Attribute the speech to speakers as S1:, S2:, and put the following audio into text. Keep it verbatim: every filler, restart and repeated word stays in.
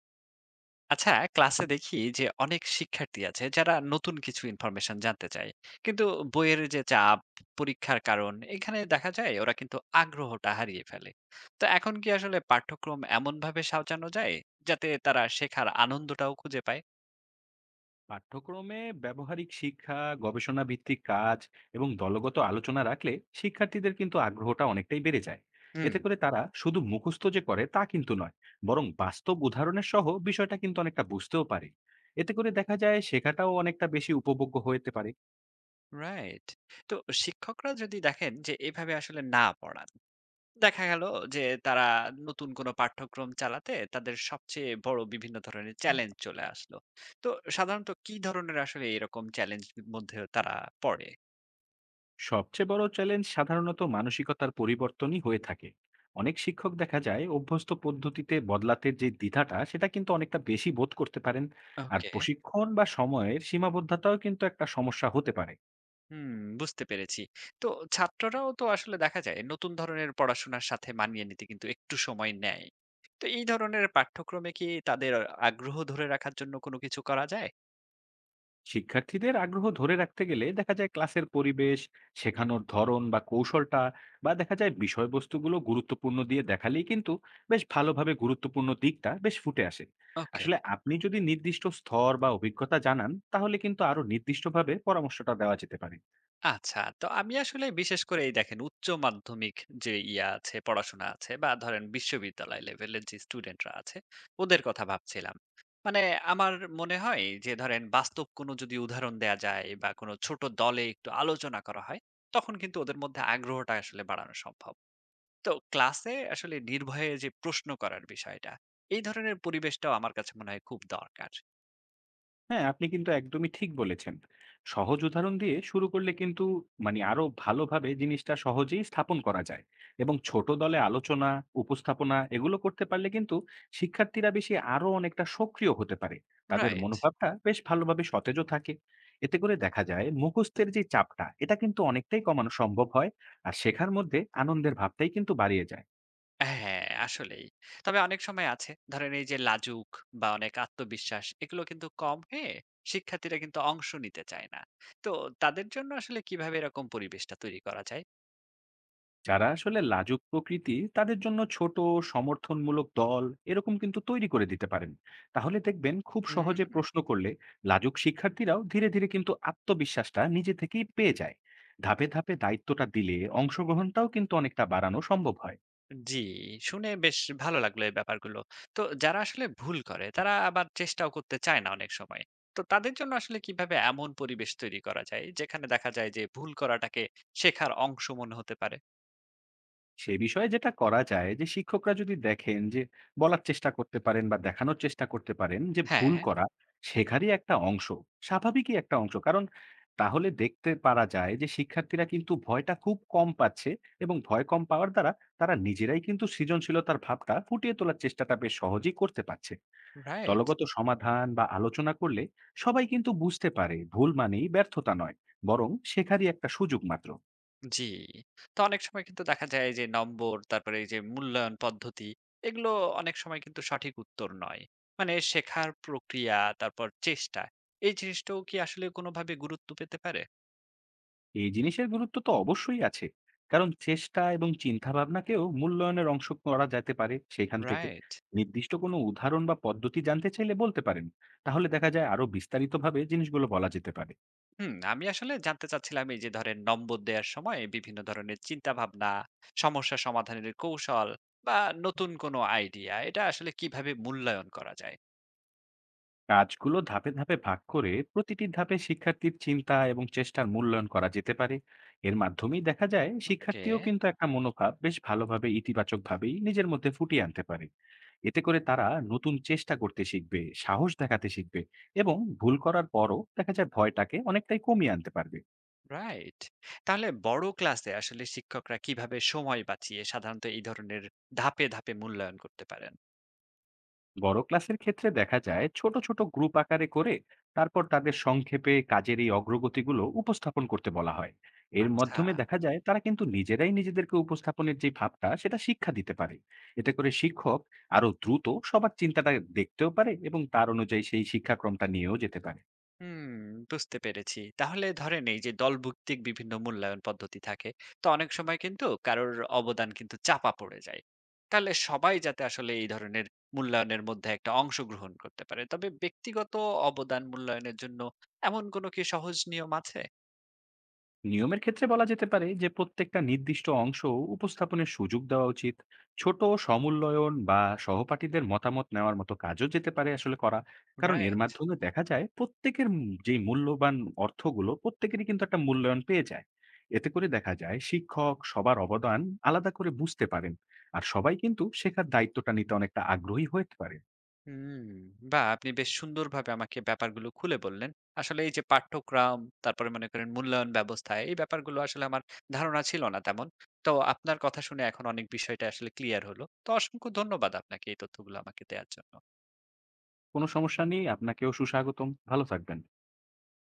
S1: আচ্ছা, ক্লাসে দেখি যে অনেক শিক্ষার্থী আছে যারা নতুন কিছু ইনফরমেশন জানতে চায়, কিন্তু বইয়ের যে চাপ, পরীক্ষার কারণ এখানে দেখা যায় ওরা কিন্তু আগ্রহটা হারিয়ে ফেলে। তো এখন কি আসলে পাঠ্যক্রম এমন ভাবে সাজানো যায় যাতে তারা শেখার আনন্দটাও খুঁজে পায়?
S2: পাঠ্যক্রমে ব্যবহারিক শিক্ষা গবেষণা ভিত্তিক কাজ এবং দলগত আলোচনা রাখলে শিক্ষার্থীদের কিন্তু আগ্রহটা অনেকটাই বেড়ে যায়।
S1: হুম।
S2: এতে করে তারা শুধু মুখস্থ যে করে তা কিন্তু নয়, বরং বাস্তব উদাহরণের সহ বিষয়টা কিন্তু অনেকটা বুঝতেও পারে। এতে করে দেখা যায় শেখাটাও অনেকটা বেশি উপভোগ্য হতে পারে।
S1: রাইট। তো শিক্ষকরা যদি দেখেন যে এভাবে আসলে না পড়ান, দেখা গেল যে তারা নতুন কোনো পাঠ্যক্রম চালাতে তাদের সবচেয়ে বড় বিভিন্ন ধরনের চ্যালেঞ্জ চলে আসলো। তো সাধারণত কি ধরনের আসলে এরকম চ্যালেঞ্জ মধ্যে তারা পড়ে?
S2: সবচেয়ে বড় চ্যালেঞ্জ সাধারণত মানসিকতার পরিবর্তনই হয়ে থাকে। অনেক শিক্ষক দেখা যায় অভ্যস্ত পদ্ধতিতে বদলাতে যে দ্বিধাটা সেটা কিন্তু অনেকটা বেশি বোধ করতে পারেন। আর
S1: ওকে।
S2: প্রশিক্ষণ বা সময়ের সীমাবদ্ধতাও কিন্তু একটা সমস্যা হতে পারে।
S1: হুম, বুঝতে পেরেছি। তো ছাত্ররাও তো আসলে দেখা যায় নতুন ধরনের পড়াশোনার সাথে মানিয়ে নিতে কিন্তু একটু সময় নেয়। তো এই ধরনের পাঠ্যক্রমে কি তাদের আগ্রহ ধরে রাখার জন্য কোনো কিছু করা যায়?
S2: শিক্ষার্থীদের আগ্রহ ধরে রাখতে গেলে দেখা যায় ক্লাসের পরিবেশ, শেখানোর ধরন বা কৌশলটা, বা দেখা যায় বিষয়বস্তুগুলো গুরুত্বপূর্ণ দিয়ে দেখালেই কিন্তু বেশ ভালোভাবে গুরুত্বপূর্ণ দিকটা বেশ ফুটে আসে।
S1: ওকে।
S2: আসলে আপনি যদি নির্দিষ্ট স্তর বা অভিজ্ঞতা জানান তাহলে কিন্তু আরো নির্দিষ্টভাবে পরামর্শটা দেওয়া যেতে পারে।
S1: আচ্ছা। তো আমি আসলে বিশেষ করে এই দেখেন উচ্চ মাধ্যমিক যে ইয়া আছে, পড়াশোনা আছে বা ধরেন বিশ্ববিদ্যালয় লেভেলের যে স্টুডেন্টরা আছে, ওদের কথা ভাবছিলাম। মানে আমার মনে হয় যে ধরেন বাস্তব কোনো যদি উদাহরণ দেয়া যায় বা কোনো ছোট দলে একটু আলোচনা করা হয়, তখন কিন্তু ওদের মধ্যে আগ্রহটা আসলে বাড়ানো সম্ভব। তো ক্লাসে আসলে নির্ভয়ে যে প্রশ্ন করার বিষয়টা, এই ধরনের পরিবেশটাও আমার কাছে মনে হয় খুব দরকার।
S2: হ্যাঁ, আপনি কিন্তু একদমই ঠিক বলেছেন। সহজ উদাহরণ দিয়ে শুরু করলে কিন্তু মানে আরো ভালোভাবে জিনিসটা সহজেই স্থাপন করা যায়। এবং ছোট দলে আলোচনা, উপস্থাপনা এগুলো করতে পারলে কিন্তু শিক্ষার্থীরা বেশি আরো অনেকটা সক্রিয় হতে পারে। তাদের
S1: রাইট।
S2: মনোভাবটা বেশ ভালোভাবে সতেজও থাকে। এতে করে দেখা যায় মুখস্থের যে চাপটা, এটা কিন্তু অনেকটাই কমানো সম্ভব হয়। আর শেখার মধ্যে আনন্দের ভাবটাই কিন্তু বাড়িয়ে যায়।
S1: হ্যাঁ, আসলেই। তবে অনেক সময় আছে, ধরেন এই যে লাজুক বা অনেক আত্মবিশ্বাস এগুলো কিন্তু কম হয়ে শিক্ষার্থীরা কিন্তু অংশ নিতে চায় না। তো তাদের জন্য আসলে কিভাবে এরকম পরিবেশটা তৈরি করা যায়?
S2: যারা আসলে লাজুক প্রকৃতি তাদের জন্য ছোট সমর্থনমূলক দল এরকম কিন্তু তৈরি করে দিতে পারেন। তাহলে দেখবেন খুব সহজে
S1: হুম।
S2: প্রশ্ন করলে লাজুক শিক্ষার্থীরাও ধীরে ধীরে কিন্তু আত্মবিশ্বাসটা নিজে থেকেই পেয়ে যায়। ধাপে ধাপে দায়িত্বটা দিলে অংশগ্রহণটাও কিন্তু অনেকটা বাড়ানো সম্ভব হয়।
S1: জি, শুনে বেশ ভালো লাগলো এই ব্যাপারগুলো। তো যারা আসলে ভুল করে তারা আবার চেষ্টাও করতে চায় না অনেক সময়। তো তাদের জন্য আসলে কিভাবে এমন পরিবেশ তৈরি করা যায় যেখানে দেখা যায় যে ভুল করাটাকে শেখার অংশ মনে হতে পারে?
S2: সে বিষয়ে যেটা করা যায় যে শিক্ষকরা যদি দেখেন যে বলার চেষ্টা করতে পারেন বা দেখানোর চেষ্টা করতে পারেন যে ভুল
S1: হ্যাঁ।
S2: করা শেখারই একটা অংশ, স্বাভাবিকই একটা অংশ। কারণ তাহলে দেখতে পারা যায় যে শিক্ষার্থীরা কিন্তু ভয়টা খুব কম পাচ্ছে, এবং ভয় কম পাওয়ার দ্বারা তারা নিজেরাই কিন্তু সৃজনশীলতার ভাবটা ফুটিয়ে তোলার চেষ্টাটা বেশ সহজেই করতে পারছে।
S1: রাইট।
S2: দলগত সমাধান বা আলোচনা করলে সবাই কিন্তু বুঝতে পারে ভুল মানেই ব্যর্থতা নয়, বরং শেখারই একটা সুযোগ মাত্র।
S1: জি। তো অনেক সময় কিন্তু দেখা যায় যে নম্বর, তারপরে এই যে মূল্যায়ন পদ্ধতি, এগুলো অনেক সময় কিন্তু সঠিক উত্তর নয়। মানে শেখার প্রক্রিয়া, তারপর চেষ্টা, এই জিনিসটাও কি আসলে কোনোভাবে গুরুত্ব পেতে পারে?
S2: এই জিনিসের গুরুত্ব তো অবশ্যই আছে, কারণ চেষ্টা এবং চিন্তা ভাবনাকেও মূল্যায়নের অংশ করা যেতে পারে সেখান থেকে।
S1: রাইট।
S2: নির্দিষ্ট কোনো উদাহরণ বা পদ্ধতি জানতে চাইলে বলতে পারেন, তাহলে দেখা যায় আরো বিস্তারিতভাবে জিনিসগুলো বলা যেতে পারে।
S1: হুম, আমি আসলে জানতে চাচ্ছিলাম এই যে ধরেন নম্বর দেওয়ার সময় বিভিন্ন ধরনের চিন্তাভাবনা, সমস্যা সমাধানের কৌশল বা নতুন কোনো আইডিয়া, এটা আসলে কিভাবে মূল্যায়ন করা যায়?
S2: কাজগুলো ধাপে ধাপে ভাগ করে প্রতিটি ধাপে শিক্ষার্থীর চিন্তা এবং চেষ্টার মূল্যায়ন করা যেতে পারে। এর মাধ্যমেই দেখা যায়
S1: ওকে।
S2: শিক্ষার্থীও কিন্তু একটা মনোভাব বেশ ভালোভাবে ইতিবাচকভাবেই নিজের মধ্যে ফুটিয়ে আনতে পারে। এতে করে তারা নতুন চেষ্টা করতে শিখবে, সাহস দেখাতে শিখবে এবং ভুল করার পরও দেখা যায় ভয়টাকে অনেকটাই কমিয়ে আনতে পারবে।
S1: রাইট। তাহলে বড় ক্লাসে আসলে শিক্ষকরা কিভাবে সময় বাঁচিয়ে সাধারণত এই ধরনের ধাপে, ধাপে মূল্যায়ন করতে পারেন?
S2: বড় ক্লাসের ক্ষেত্রে দেখা যায় ছোট, ছোট গ্রুপ আকারে করে তারপর তাদের সংক্ষেপে কাজের এই অগ্রগতিগুলো উপস্থাপন করতে বলা হয়। এর
S1: আচ্ছা।
S2: মাধ্যমে দেখা যায় তারা কিন্তু নিজেরাই নিজেদেরকে উপস্থাপনের যে ভাবটা সেটা শিক্ষা দিতে পারে। এতে করে শিক্ষক আরো দ্রুত সবার চিন্তাটা দেখতেও পারে এবং তার অনুযায়ী সেই শিক্ষাক্রমটা নিয়েও যেতে পারে।
S1: হুম, বুঝতে পেরেছি। তাহলে ধরেন এই যে দলভিত্তিক বিভিন্ন মূল্যায়ন পদ্ধতি থাকে, তো অনেক সময় কিন্তু কারোর অবদান কিন্তু চাপা পড়ে যায়। তাহলে সবাই যাতে আসলে এই ধরনের মূল্যায়নের মধ্যে একটা অংশগ্রহণ করতে পারে। তবে ব্যক্তিগত অবদান মূল্যায়নের জন্য এমন কোনো কি সহজ নিয়ম আছে?
S2: নিয়মের ক্ষেত্রে বলা যেতে পারে যে প্রত্যেকটা নির্দিষ্ট অংশ উপস্থাপনের সুযোগ দেওয়া উচিত। ছোট সমুল্লয়ন বা সহপাঠীদের মতামত নেওয়ার মতো কাজও যেতে পারে আসলে করা। কারণ এর
S1: রাইট।
S2: মাধ্যমে দেখা যায় প্রত্যেকের মূ- যে মূল্যবান অর্থগুলো প্রত্যেকেরই কিন্তু একটা মূল্যায়ন পেয়ে যায়। এতে করে দেখা যায় শিক্ষক সবার অবদান আলাদা করে বুঝতে পারেন। আর সবাই কিন্তু শেখার দায়িত্বটা নিতে অনেকটা আগ্রহী হতে পারে।
S1: হুম, বাহ! আপনি বেশ সুন্দরভাবে আমাকে ব্যাপারগুলো খুলে বললেন। আসলে এই যে পাঠ্যক্রম, তারপরে মনে করেন মূল্যায়ন ব্যবস্থা, এই ব্যাপারগুলো আসলে আমার ধারণা ছিল না তেমন। তো আপনার কথা শুনে এখন অনেক বিষয়টা আসলে ক্লিয়ার হলো। তো অসংখ্য ধন্যবাদ আপনাকে এই তথ্যগুলো আমাকে দেয়ার জন্য।
S2: কোনো সমস্যা নেই, আপনাকেও সুস্বাগতম, ভালো থাকবেন।